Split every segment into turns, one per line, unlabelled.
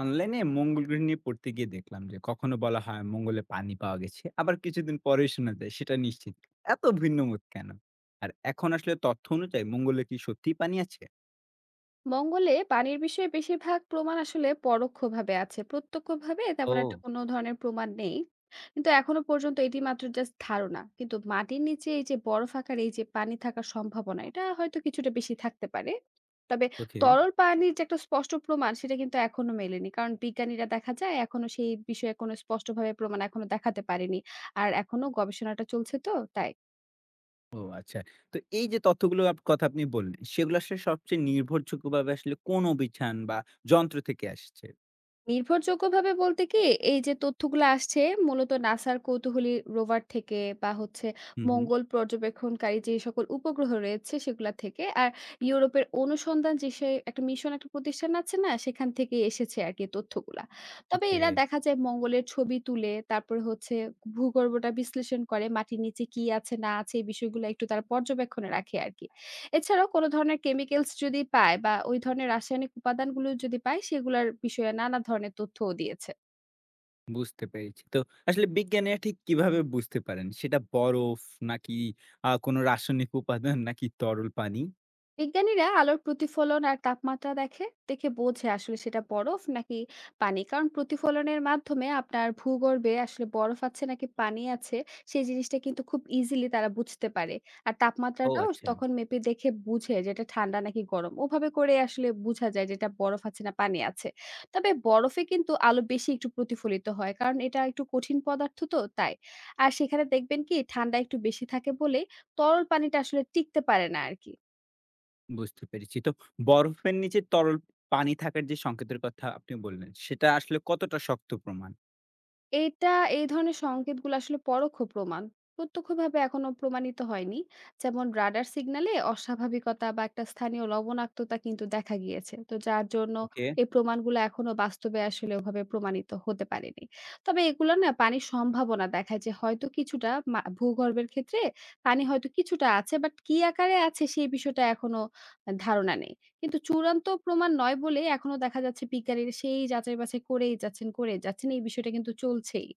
অনলাইনে মঙ্গল গ্রহ নিয়ে পড়তে গিয়ে দেখলাম যে কখনো বলা হয় মঙ্গলে পানি পাওয়া গেছে, আবার কিছুদিন পরে শোনা যায় সেটা নিশ্চিত। এত ভিন্ন মত কেন? আর এখন আসলে তথ্য অনুযায়ী মঙ্গলে কি সত্যি পানি আছে?
মঙ্গলে পানির বিষয়ে বেশিরভাগ প্রমাণ আসলে পরোক্ষভাবে আছে, প্রত্যক্ষভাবে তেমন একটা
ও।
কোনো ধরনের প্রমাণ নেই। কিন্তু এখনো পর্যন্ত এটি জাস্ট ধারণা, কিন্তু মাটির নিচে এই যে বরফ আকারে এই যে পানি থাকার সম্ভাবনা এটা হয়তো কিছুটা বেশি থাকতে পারে। তবে
ওকে।
তরল পানির যে একটা স্পষ্ট প্রমাণ, সেটা কিন্তু এখনো মেলেনি, কারণ বিজ্ঞানীরা দেখা যায় এখনো সেই বিষয়ে কোনো স্পষ্টভাবে প্রমাণ এখনো দেখাতে পারেনি। আর এখনো গবেষণাটা চলছে, তো তাই।
ও আচ্ছা। তো এই যে তথ্যগুলো কথা আপনি বললেন, সেগুলো আসলে সবচেয়ে নির্ভরযোগ্যভাবে আসলে কোন অভিযান বা যন্ত্র থেকে আসছে?
নির্ভরযোগ্যভাবে বলতে কি, এই যে তথ্যগুলো আসছে, মূলত নাসার কৌতূহলী রোভার থেকে, বা হচ্ছে
হুম, হুম।
মঙ্গল পর্যবেক্ষণকারী যে সকল উপগ্রহ রয়েছে সেগুলা থেকে। আর ইউরোপের অনুসন্ধান, যে সে একটা মিশন, একটা প্রতিষ্ঠান আছে না? সেখান থেকে এসেছে আরকি তথ্যগুলা। তবে
ওকে।
এরা দেখা যায় মঙ্গলের ছবি তুলে, তারপরে হচ্ছে ভূগর্ভটা বিশ্লেষণ করে মাটির নিচে কি আছে না আছে এই বিষয়গুলো একটু তারা পর্যবেক্ষণে রাখে আরকি। এছাড়াও কোনো ধরনের কেমিক্যালস যদি পায়, বা ওই ধরনের রাসায়নিক উপাদানগুলো যদি পায়, সেগুলার বিষয়ে নানা ধরনের তথ্যও দিয়েছে।
বুঝতে পেরেছি। তো আসলে বিজ্ঞানীরা ঠিক কিভাবে বুঝতে পারেন সেটা বরফ নাকি কোনো রাসায়নিক উপাদান নাকি তরল পানি?
বিজ্ঞানীরা আলোর প্রতিফলন আর তাপমাত্রা দেখে দেখে বোঝে আসলে সেটা বরফ নাকি পানি। কারণ প্রতিফলনের মাধ্যমে আপনার ভূগর্ভে আসলে বরফ আছে নাকি পানি আছে সেই জিনিসটা কিন্তু খুব ইজিলি তারা বুঝতে পারে। আর
ও
তাপমাত্রাটাও
আচ্ছা।
তখন মেপে দেখে বুঝে যেটা ঠান্ডা নাকি গরম, ওভাবে করে আসলে বোঝা যায় যেটা বরফ আছে না পানি আছে। তবে বরফে কিন্তু আলো বেশি একটু প্রতিফলিত হয়, কারণ এটা একটু কঠিন পদার্থ, তো তাই। আর সেখানে দেখবেন কি ঠান্ডা একটু বেশি থাকে বলে তরল পানিটা আসলে টিকতে পারে না আর কি।
বুঝতে পেরেছি। তো বরফের নিচে তরল পানি থাকার যে সংকেতের কথা আপনি বললেন, সেটা আসলে কতটা শক্ত প্রমাণ?
এইটা, এই ধরনের সংকেতগুলো আসলে পরোক্ষ প্রমাণ। প্রত্যক্ষভাবে এখনো প্রমাণিত হয়নি। যেমন রাডার সিগন্যালে অস্বাভাবিকতা বা একটা স্থানীয় লবণাক্ততা কিন্তু দেখা গিয়েছে। তো যার জন্য
ওকে।
এই প্রমাণগুলো এখনো বাস্তবে আসলে ওভাবে প্রমাণিত হতে পারেনি। তবে এগুলো না পানির সম্ভাবনা দেখায় যে হয়তো কিছুটা মা ভূগর্ভের ক্ষেত্রে পানি হয়তো কিছুটা আছে, বাট কি আকারে আছে সেই বিষয়টা এখনো ধারণা নেই। কিন্তু চূড়ান্ত প্রমাণ নয় বলে এখনো দেখা যাচ্ছে বিজ্ঞানীরা সেই যাচাই-বাছাই করেই যাচ্ছেন। এই বিষয়টা কিন্তু চলছেই।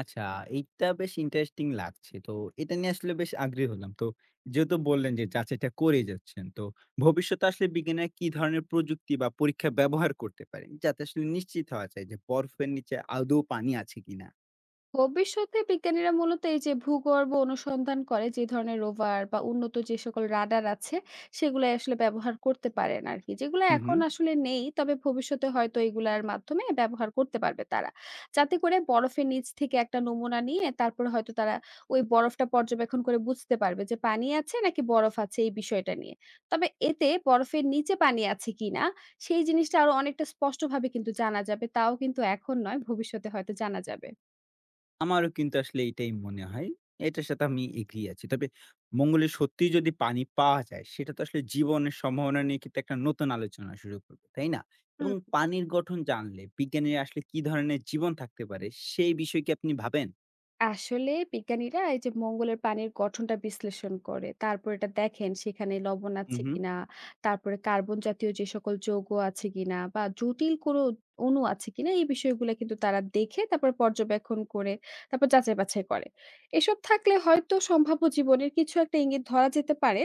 আচ্ছা, এইটা বেশ ইন্টারেস্টিং লাগছে। তো এটা নিয়ে আসলে বেশ আগ্রহী হলাম। তো যেহেতু বললেন যে যাচাইটা করে যাচ্ছেন, তো ভবিষ্যতে আসলে বিজ্ঞানীরা কি ধরনের প্রযুক্তি বা পরীক্ষা ব্যবহার করতে পারেন? যাতে আসলে নিশ্চিত হওয়া যায় যে বরফের নিচে আদৌ পানি আছে কিনা?
ভবিষ্যতে বিজ্ঞানীরা মূলত এই যে ভূগর্ভ অনুসন্ধান করে, যে ধরনের রোভার বা উন্নত যে সকল রাডার আছে সেগুলো আসলে ব্যবহার করতে পারেন আর কি, যেগুলো
হু, হু।
এখন আসলে নেই, তবে ভবিষ্যতে হয়তো এগুলার মাধ্যমে ব্যবহার করতে পারবে তারা। যাতে করে বরফের নিচ থেকে একটা নমুনা নিয়ে তারপরে হয়তো তারা ওই বরফটা পর্যবেক্ষণ করে বুঝতে পারবে যে পানি আছে নাকি বরফ আছে এই বিষয়টা নিয়ে। তবে এতে বরফের নিচে পানি আছে কিনা সেই জিনিসটা আরো অনেকটা স্পষ্টভাবে কিন্তু জানা যাবে, তাও কিন্তু এখন নয়, ভবিষ্যতে হয়তো জানা যাবে।
আমারও কিন্তু আসলে এটাই মনে হয়। এটার সাথে আমি এগ্রি আছি। তবে মঙ্গলে সত্যিই যদি পানি পাওয়া যায়, সেটা তো আসলে জীবনের সম্ভাবনা নিয়ে কিন্তু একটা নতুন আলোচনা শুরু করবে, তাই না? এবং পানির গঠন জানলে বিজ্ঞানীরা আসলে কি ধরনের জীবন থাকতে পারে, সেই বিষয়ে কি আপনি ভাবেন?
আসলে বিজ্ঞানীরা এই যে মঙ্গলের পানির গঠনটা বিশ্লেষণ করে, তারপর এটা দেখেন সেখানে লবণ
হুম,
আছে
হুম।
কিনা, তারপরে কার্বন জাতীয় যে সকল যৌগ আছে কিনা বা জটিল কোনো অণু আছে কিনা এই বিষয়গুলো কিন্তু তারা দেখে, তারপর পর্যবেক্ষণ করে, তারপর যাচাই বাছাই করে। এসব থাকলে হয়তো সম্ভাব্য জীবনের কিছু একটা ইঙ্গিত ধরা যেতে পারে।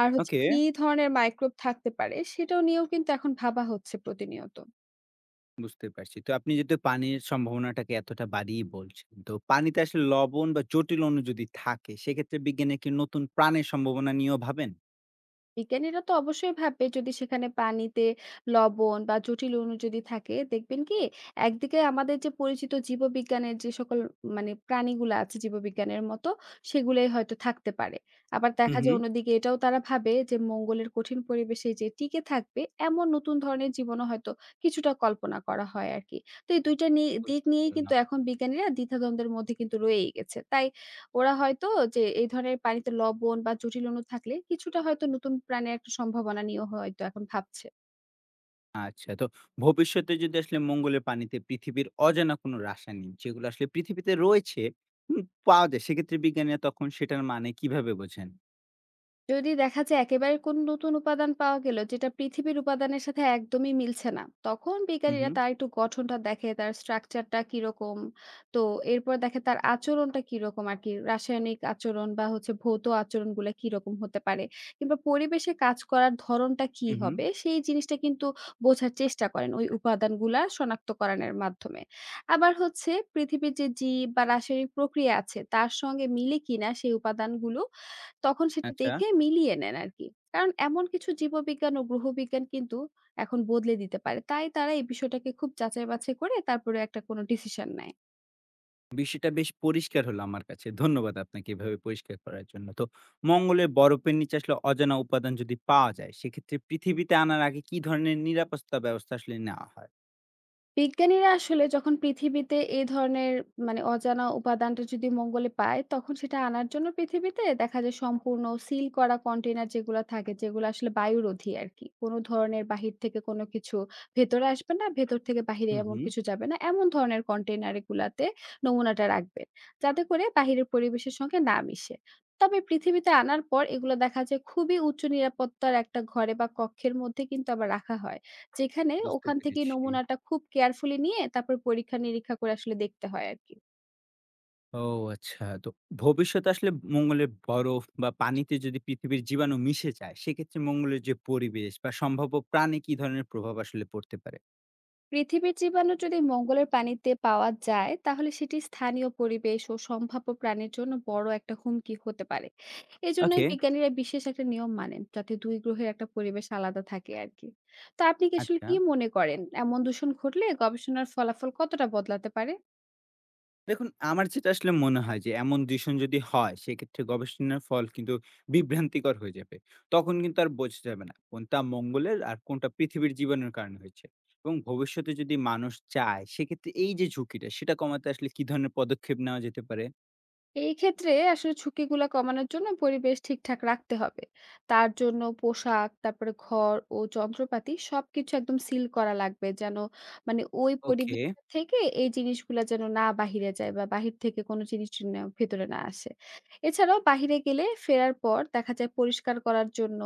আর হচ্ছে
ওকে,
কি ধরনের মাইক্রোব থাকতে পারে সেটাও নিয়েও কিন্তু এখন ভাবা হচ্ছে প্রতিনিয়ত।
বুঝতে পারছি। তো আপনি যেহেতু পানির সম্ভাবনাটাকে এতটা বাড়িয়ে বলছেন, তো পানিতে আসলে লবণ বা জটিল অণু যদি থাকে, সেক্ষেত্রে বিজ্ঞানীরা কি নতুন প্রাণের সম্ভাবনা নিয়েও ভাবেন?
বিজ্ঞানীরা তো অবশ্যই ভাববে, যদি সেখানে পানিতে লবণ বা জটিল অণু যদি থাকে। দেখবেন কি, একদিকে আমাদের যে পরিচিত জীববিজ্ঞানের যে সকল মানে প্রাণীগুলো আছে জীববিজ্ঞানের মতো, সেগুলোই হয়তো থাকতে পারে। আবার দেখা
হুম,
যায়
হুম।
অন্যদিকে এটাও তারা ভাবে যে মঙ্গলের কঠিন পরিবেশে যে টিকে থাকবে এমন নতুন ধরনের জীবনও হয়তো কিছুটা কল্পনা করা হয় আর কি। তো এই দিক
বুঝতে
নিয়েই কিন্তু
পারলাম।
এখন বিজ্ঞানীরা দ্বিধাদ্বন্দ্বের মধ্যে কিন্তু রয়েই গেছে, তাই ওরা হয়তো যে এই ধরনের পানিতে লবণ বা জটিল অণু থাকলে কিছুটা হয়তো নতুন প্রাণের একটা সম্ভাবনা নিয়েও হয়তো এখন ভাবছে।
আচ্ছা, তো ভবিষ্যতে যদি আসলে মঙ্গলের পানিতে পৃথিবীর অজানা কোনো রাসায়নিক যেগুলো আসলে পৃথিবীতে রয়েছে, উম, পাওয়া যায়, সেক্ষেত্রে বিজ্ঞানীরা তখন সেটার মানে কিভাবে বোঝেন?
যদি দেখা যায় একেবারে কোন নতুন উপাদান পাওয়া গেল যেটা পৃথিবীর উপাদানের সাথে একদমই মিলছে না, তখন
হুম
বিজ্ঞানীরা
হুম।
তার একটু গঠনটা দেখে, তার স্ট্রাকচারটা কিরকম, তো এরপর দেখে তার আচরণটা কিরকম, আর কি রাসায়নিক আচরণ বা হচ্ছে ভৌত আচরণ গুলা কিরকম হতে পারে, কিংবা পরিবেশে কাজ করার ধরনটা কি
হুম হুম।
হবে সেই জিনিসটা কিন্তু বোঝার চেষ্টা করেন ওই উপাদানগুলা শনাক্তকরণের মাধ্যমে। আবার হচ্ছে পৃথিবীর যে জীব বা রাসায়নিক প্রক্রিয়া আছে তার সঙ্গে মিলে কিনা সেই উপাদানগুলো, তখন সেটা
আচ্ছা।
দেখে মিলিয়ে নেন আরকি। কারণ এমন কিছু জীববিজ্ঞান ও গ্রহবিজ্ঞান কিন্তু এখন বদলে দিতে পারে। তাই তারা এই বিষয়টাকে খুব যাচাই বাছাই করে, তারপরে একটা কোনো ডিসিশন নেয়।
বিষয়টা বেশ পরিষ্কার হলো আমার কাছে। ধন্যবাদ আপনাকে এভাবে পরিষ্কার করার জন্য। তো মঙ্গলে বরফের নিচে আসলে অজানা উপাদান যদি পাওয়া যায়, সেক্ষেত্রে পৃথিবীতে আনার আগে কি ধরনের নিরাপত্তা ব্যবস্থা আসলে নেওয়া হয়?
বিজ্ঞানীরা আসলে যখন পৃথিবীতে এই ধরনের মানে অজানা উপাদানটা যদি মঙ্গলে পায়, তখন সেটা আনার জন্য পৃথিবীতে দেখা যায় সম্পূর্ণ সিল করা কন্টেইনার যেগুলা থাকে, যেগুলো আসলে বায়ুরোধী আরকি। কোনো ধরনের বাহির থেকে কোনো কিছু ভেতরে আসবে না, ভেতর থেকে বাহিরে
হুম
এমন
হুম।
কিছু যাবে না। এমন ধরনের কন্টেইনার এগুলাতে নমুনাটা রাখবেন। যাতে করে বাহিরের পরিবেশের সঙ্গে না মিশে। তবে পৃথিবীতে আনার পর এগুলো দেখা যায় খুবই উচ্চ নিরাপত্তার একটা ঘরে বা কক্ষের মধ্যে কিন্তু আবার রাখা হয়। যেখানে
বুঝতে
ওখান থেকে
পেরেছি।
নমুনাটা খুব কেয়ারফুলি নিয়ে তারপর পরীক্ষা-নিরীক্ষা করে আসলে দেখতে হয় আরকি।
ও আচ্ছা। তো ভবিষ্যতে আসলে মঙ্গলে বরফ বা পানিতে যদি পৃথিবীর জীবাণু মিশে যায়, সেক্ষেত্রে মঙ্গলের যে পরিবেশ বা সম্ভাব্য প্রাণে কি ধরনের প্রভাব আসলে পড়তে পারে?
পৃথিবীর জীবাণু যদি মঙ্গলের পানিতে পাওয়া যায়, তাহলে সেটি স্থানীয় পরিবেশ ও সম্ভাব্য প্রাণীর জন্য বড় একটা হুমকি হতে পারে। এজন্যই
ওকে।
বিজ্ঞানীরা বিশেষ একটা নিয়ম মানেন, যাতে ২ গ্রহের একটা পরিবেশ আলাদা থাকে আরকি। তো আপনি কি আসলে
আচ্ছা।
কি মনে করেন, এমন দূষণ ঘটলে গবেষণার ফলাফল কতটা বদলাতে পারে?
দেখুন, আমার যেটা আসলে মনে হয় যে এমন দূষণ যদি হয় সেক্ষেত্রে গবেষণার ফল কিন্তু বিভ্রান্তিকর হয়ে যাবে। তখন কিন্তু আর বোঝা যাবে না কোনটা মঙ্গলের আর কোনটা পৃথিবীর জীবাণুর কারণে হয়েছে। এবং ভবিষ্যতে যদি মানুষ চায় সেক্ষেত্রে এই যে ঝুঁকিটা, সেটা কমাতে আসলে কি ধরনের পদক্ষেপ নেওয়া যেতে পারে?
এই ক্ষেত্রে আসলে ঝুঁকিগুলো কমানোর জন্য পরিবেশ ঠিকঠাক রাখতে হবে। তার জন্য পোশাক, তারপরে ঘর ও যন্ত্রপাতি সবকিছু একদম সিল করা লাগবে, যেন মানে ওই
ওকে।
পরিবেশ থেকে এই জিনিসগুলা যেন না বাহিরে যায়, বা বাহির থেকে কোনো জিনিস যেন ভেতরে না আসে। এছাড়াও বাহিরে গেলে ফেরার পর দেখা যায় পরিষ্কার করার জন্য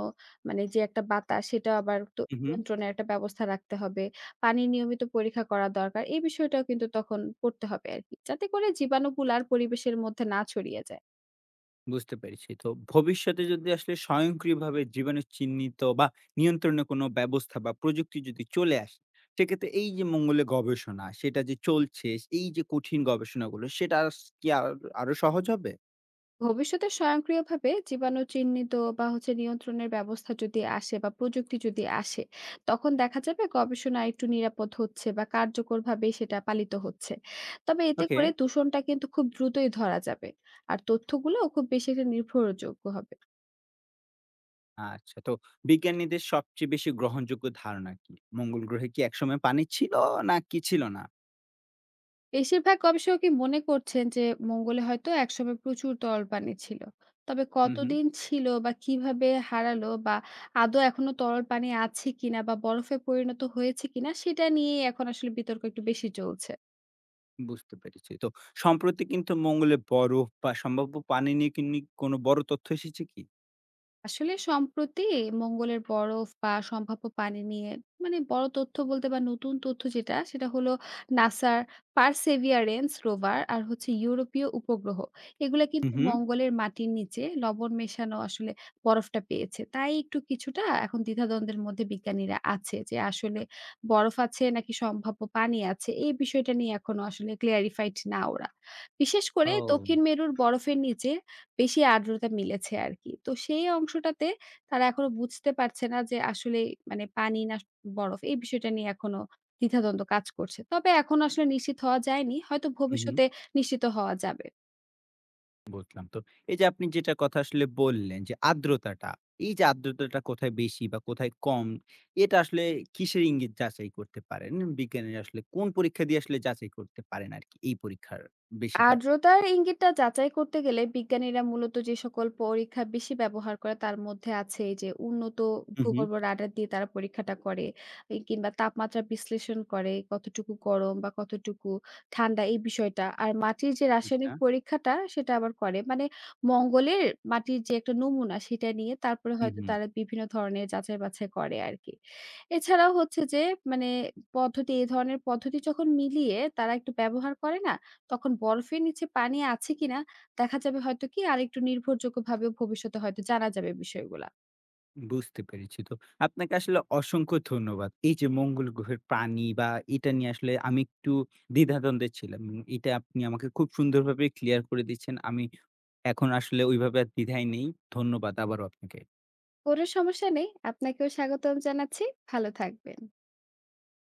মানে যে একটা বাতাস সেটা আবার তো
হু, হু।
নিয়ন্ত্রণের একটা ব্যবস্থা রাখতে হবে। পানি নিয়মিত পরীক্ষা করা দরকার। এই বিষয়টাও কিন্তু তখন করতে হবে আরকি। যাতে করে জীবাণুগুলো আর পরিবেশের মধ্যে না ছড়িয়ে যায়।
বুঝতে পেরেছি। তো ভবিষ্যতে যদি আসলে স্বয়ংক্রিয়ভাবে জীবাণু চিহ্নিত বা নিয়ন্ত্রণের কোনো ব্যবস্থা বা প্রযুক্তি যদি চলে আসে, সেক্ষেত্রে এই যে মঙ্গলে গবেষণা সেটা যে চলছে, এই যে কঠিন গবেষণাগুলো সেটা আস কি আর আরো সহজ হবে?
ভবিষ্যতে স্বয়ংক্রিয়ভাবে জীবাণু চিহ্নিত বা হচ্ছে নিয়ন্ত্রণের ব্যবস্থা যদি আসে বা প্রযুক্তি যদি আসে, তখন দেখা যাবে গবেষণা একটু নিরাপদ হচ্ছে বা কার্যকরভাবে সেটা পালিত হচ্ছে। তবে এতে
ওকে।
করে দূষণটা কিন্তু খুব দ্রুতই ধরা যাবে। আর তথ্যগুলো খুব বেশি একটা নির্ভরযোগ্য হবে।
আচ্ছা, তো বিজ্ঞানীদের সবচেয়ে বেশি গ্রহণযোগ্য ধারণা কি? মঙ্গল গ্রহে কি একসময় পানি ছিল নাকি ছিল না?
বেশিরভাগ গবেষকই মনে করছেন যে মঙ্গলে হয়তো একসময় প্রচুর তরলপানি ছিল। তবে
হুম, হুম।
কতদিন ছিল বা কিভাবে হারালো বা আদৌ এখনো তরল পানি আছে কিনা বা বরফে পরিণত হয়েছে কিনা সেটা নিয়েই এখন আসলে বিতর্ক একটু বেশি চলছে।
বুঝতে পেরেছি। তো সম্প্রতি কিন্তু মঙ্গলে বরফ বা সম্ভাব্য পানি নিয়ে কিনি কোনো বড় তথ্য এসেছে কি?
আসলে সম্প্রতি মঙ্গলের বরফ বা সম্ভাব্য পানি নিয়ে মানে বড় তথ্য বলতে বা নতুন তথ্য যেটা সেটা হলো নাসার পার্সেভিয়ারেন্স রোভার আর হচ্ছে ইউরোপীয় উপগ্রহ, এগুলা
হুম,
কিন্তু
হুম।
মঙ্গলের মাটির নিচে লবণ মেশানো আসলে বরফটা পেয়েছে। তাই একটু কিছুটা এখন দ্বিধাদ্বন্দ্বের মধ্যে বিজ্ঞানীরা আছে যে আসলে বরফ আছে নাকি সম্ভাব্য পানি আছে এই বিষয়টা নিয়ে এখনো আসলে ক্লিয়ারিফাইড না ওরা। বিশেষ করে
ও।
দক্ষিণ মেরুর বরফের নিচে বেশি আর্দ্রতা মিলেছে আরকি। তো সেই অংশটাতে তারা এখনো বুঝতে পারছে না যে আসলে মানে পানি না বরফ, এই বিষয়টা নিয়ে এখনো দ্বিধাদ্বন্দ্ব কাজ করছে। তবে এখনো আসলে নিশ্চিত হওয়া যায়নি। হয়তো
হুম, হুম।
ভবিষ্যতে নিশ্চিত হওয়া যাবে।
বুঝলাম। তো এই যে আপনি যেটা কথা আসলে বললেন যে আর্দ্রতাটা, এই যে আর্দ্রতাটা কোথায় বেশি বা কোথায় কম, এটা আসলে কিসের ইঙ্গিত যাচাই করতে পারেন? বিজ্ঞানীরা আসলে কোন পরীক্ষা দিয়ে আসলে যাচাই করতে পারেন আরকি এই পরীক্ষার বেশিটা?
আর্দ্রতার ইঙ্গিতটা যাচাই করতে গেলে বিজ্ঞানীরা মূলত যে সকল পরীক্ষা বেশি ব্যবহার করে তার মধ্যে আছে এই যে উন্নত
হু, হু।
ভূগর্ভ রাডার দিয়ে তারা পরীক্ষাটা করে, এই কিংবা তাপমাত্রা বিশ্লেষণ করে কতটুকু গরম বা কতটুকু ঠান্ডা এই বিষয়টা, আর মাটির যে
আচ্ছা।
রাসায়নিক পরীক্ষাটা সেটা আবার করে মানে মঙ্গলের মাটির যে একটা নমুনা সেটা নিয়ে তারপরে
হু,
হয়তো
হু।
তারা বিভিন্ন ধরনের যাচাই বাছাই করে আর কি। এছাড়াও হচ্ছে যে মানে পদ্ধতি, এই ধরনের পদ্ধতি যখন মিলিয়ে তারা একটু ব্যবহার করে না, তখন বরফের নিচে পানি আছে কিনা দেখা যাবে হয়তো কি আর একটু নির্ভরযোগ্যভাবে, ভবিষ্যতে হয়তো জানা যাবে বিষয়গুলা।
বুঝতে পেরেছি। তো আপনাকে আসলে অসংখ্য ধন্যবাদ। এই যে মঙ্গল গ্রহের প্রাণী বা এটা নিয়ে আসলে আমি একটু দ্বিধাদ্বন্দ্বে ছিলাম। এটা আপনি আমাকে খুব সুন্দরভাবে ক্লিয়ার করে দিচ্ছেন। আমি এখন আসলে ওইভাবে আর দ্বিধায় নেই। ধন্যবাদ আবারও আপনাকে।
কোনো সমস্যা নেই। আপনাকেও স্বাগতম জানাচ্ছি। ভালো থাকবেন।